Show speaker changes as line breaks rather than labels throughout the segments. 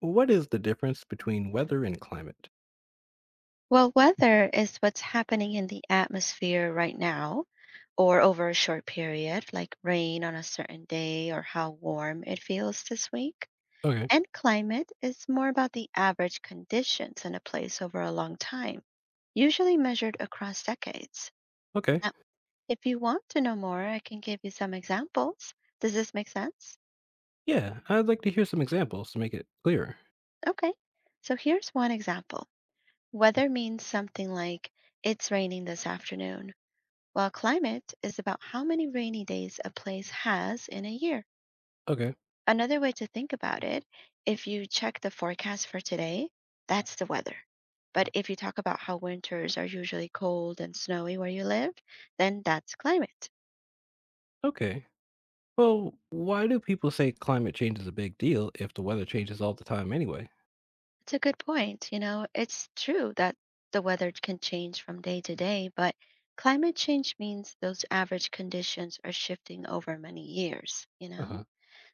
What is the difference between weather and climate?
Well, weather is what's happening in the atmosphere right now or over a short period, like rain on a certain day or how warm it feels this week.
Okay.
And climate is more about the average conditions in a place over a long time, usually measured across decades.
Okay.
Now, if you want to know more, I can give you some examples. Does this make sense?
Yeah, I'd like to hear some examples to make it clearer.
Okay. So here's one example. Weather means something like it's raining this afternoon while climate is about how many rainy days a place has in a year.
Okay.
Another way to think about it, if you check the forecast for today, that's the weather. But if you talk about how winters are usually cold and snowy where you live, then that's climate.
Okay. Well, why do people say climate change is a big deal if the weather changes all the time anyway?
It's a good point. It's true that the weather can change from day to day, but climate change means those average conditions are shifting over many years,
Uh huh.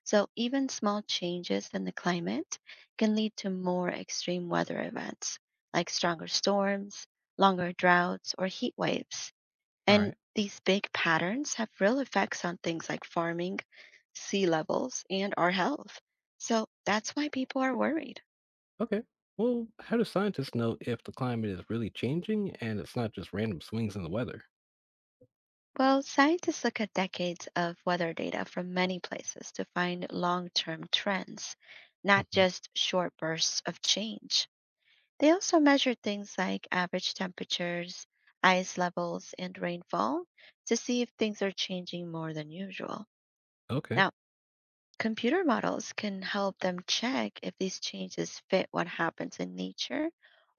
So, even small changes in the climate can lead to more extreme weather events like stronger storms, longer droughts, or heat waves.
All
And
right.
these big patterns have real effects on things like farming, sea levels, and our health. So, that's why people are worried.
Okay. Well, how do scientists know if the climate is really changing and it's not just random swings in the weather?
Well, scientists look at decades of weather data from many places to find long term trends, not
Hmm.
just short bursts of change. They also measure things like average temperatures, ice levels, and rainfall to see if things are changing more than usual.
Okay.
Now, computer models can help them check if these changes fit what happens in nature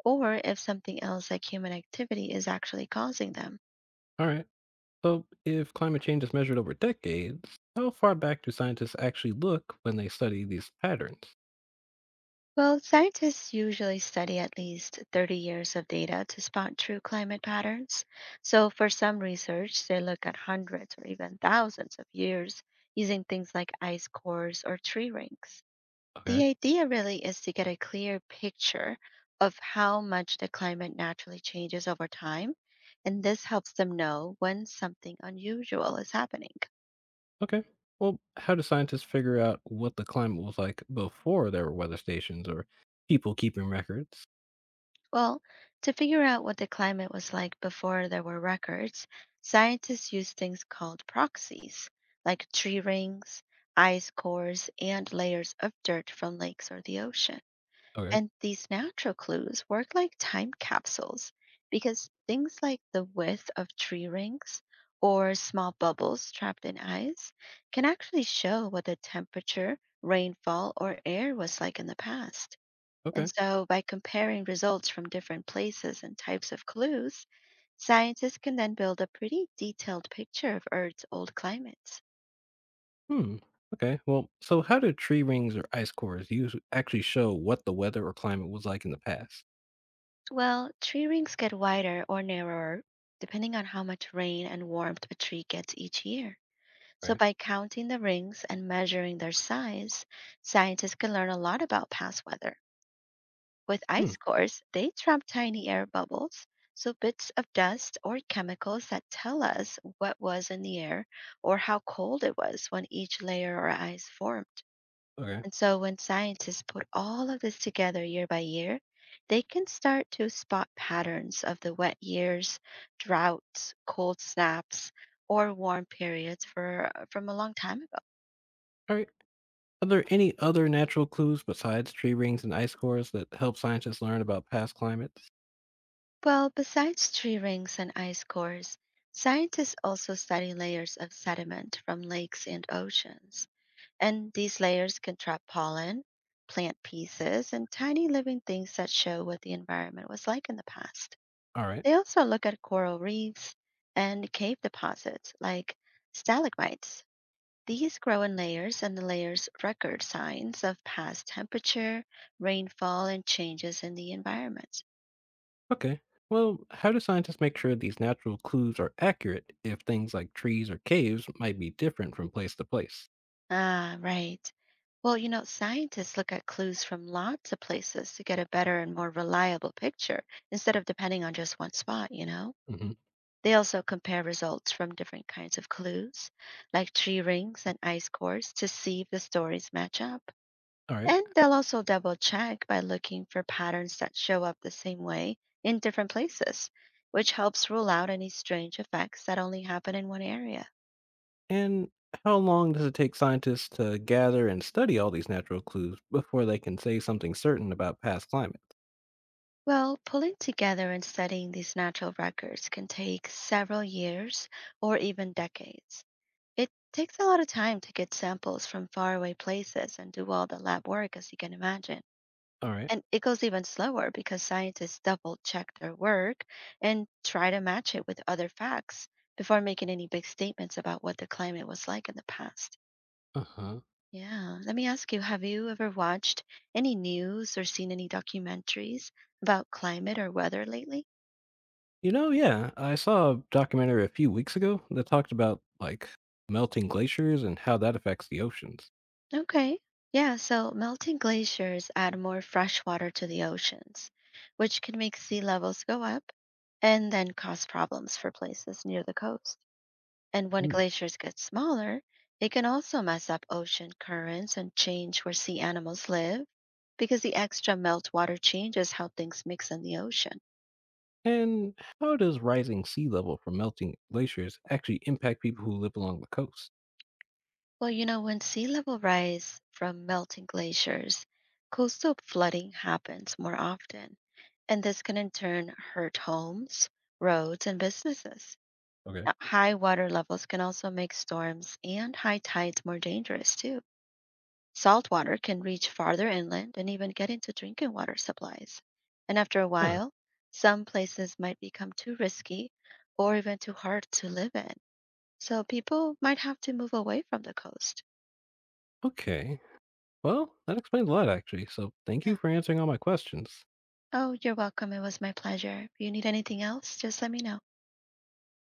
or if something else like human activity is actually causing them.
All right. So, if climate change is measured over decades, how far back do scientists actually look when they study these patterns?
Well, scientists usually study at least 30 years of data to spot true climate patterns. So, for some research, they look at hundreds or even thousands of years using things like ice cores or tree rings. The
Okay.
idea really is to get a clear picture of how much the climate naturally changes over time, and this helps them know when something unusual is happening.
Okay. Well, how do scientists figure out what the climate was like before there were weather stations or people keeping records?
Well, to figure out what the climate was like before there were records, scientists used things called proxies, like tree rings, ice cores, and layers of dirt from lakes or the ocean.
Okay.
And these natural clues work like time capsules because things like the width of tree rings or small bubbles trapped in ice can actually show what the temperature, rainfall, or air was like in the past. And
Okay.
so, by comparing results from different places and types of clues, scientists can then build a pretty detailed picture of Earth's old climates.
Hmm. Okay. Well, so how do tree rings or ice cores use actually show what the weather or climate was like in the past?
Well, tree rings get wider or narrower depending on how much rain and warmth a tree gets each year. So,
Okay.
by counting the rings and measuring their size, scientists can learn a lot about past weather. With
Hmm.
ice cores, they trap tiny air bubbles, so bits of dust or chemicals that tell us what was in the air or how cold it was when each layer or ice formed.
Okay.
And so, when scientists put all of this together year by year, they can start to spot patterns of the wet years, droughts, cold snaps, or warm periods for, from a long time.
All right. Are there any other natural clues besides tree rings and ice cores that help scientists learn about past climates?
Well, besides tree rings and ice cores, scientists also study layers of sediment from lakes and oceans. And these layers can trap pollen, plant pieces, and tiny living things that show what the environment was like in the past.
All right.
They also look at coral reefs and cave deposits like stalagmites. These grow in layers, and the layers record signs of past temperature, rainfall, and changes in the environment.
Okay. Well, how do scientists make sure these natural clues are accurate if things like trees or caves might be different from place to place?
Ah, right. Well, scientists look at clues from lots of places to get a better and more reliable picture instead of depending on just one spot.
Mhm.
They also compare results from different kinds of clues, like tree rings and ice cores, to see if the stories match up.
All right.
And they'll also double check by looking for patterns that show up the same way in different places, which helps rule out any strange effects that only happen in one area.
And how long does it take scientists to gather and study all these natural clues before they can say something certain about past climates?
Well, pulling together and studying these natural records can take several years or even decades. It takes a lot of time to get samples from faraway places and do all the lab work, as you can imagine.
All right.
And it goes even slower because scientists double check their work and try to match it with other facts before making any big statements about what the climate was like in the past.
Uh huh.
Yeah, let me ask you, have you ever watched any news or seen any documentaries about climate or weather lately?
Yeah, I saw a documentary a few weeks ago that talked about melting glaciers and how that affects the oceans.
Okay. Yeah, so melting glaciers add more fresh water to the oceans, which can make sea levels go up and then cause problems for places near the coast. And when glaciers get smaller, it can also mess up ocean currents and change where sea animals live because the extra meltwater changes how things mix in the ocean.
And how does rising sea level from melting glaciers actually impact people who live along the coast?
Well, when sea level rise from melting glaciers, coastal flooding happens more often, and this can in turn hurt homes, roads, and businesses.
Okay.
Now, high water levels can also make storms and high tides more dangerous too. Salt water can reach farther inland and even get into drinking water supplies. And after a
Huh.
while, some places might become too risky or even too hard to live in. So people might have to move away from the coast.
Okay. Well, that explains a lot, actually. So thank you for answering all my questions.
Oh, you're welcome. It was my pleasure. If you need anything else, just let me know.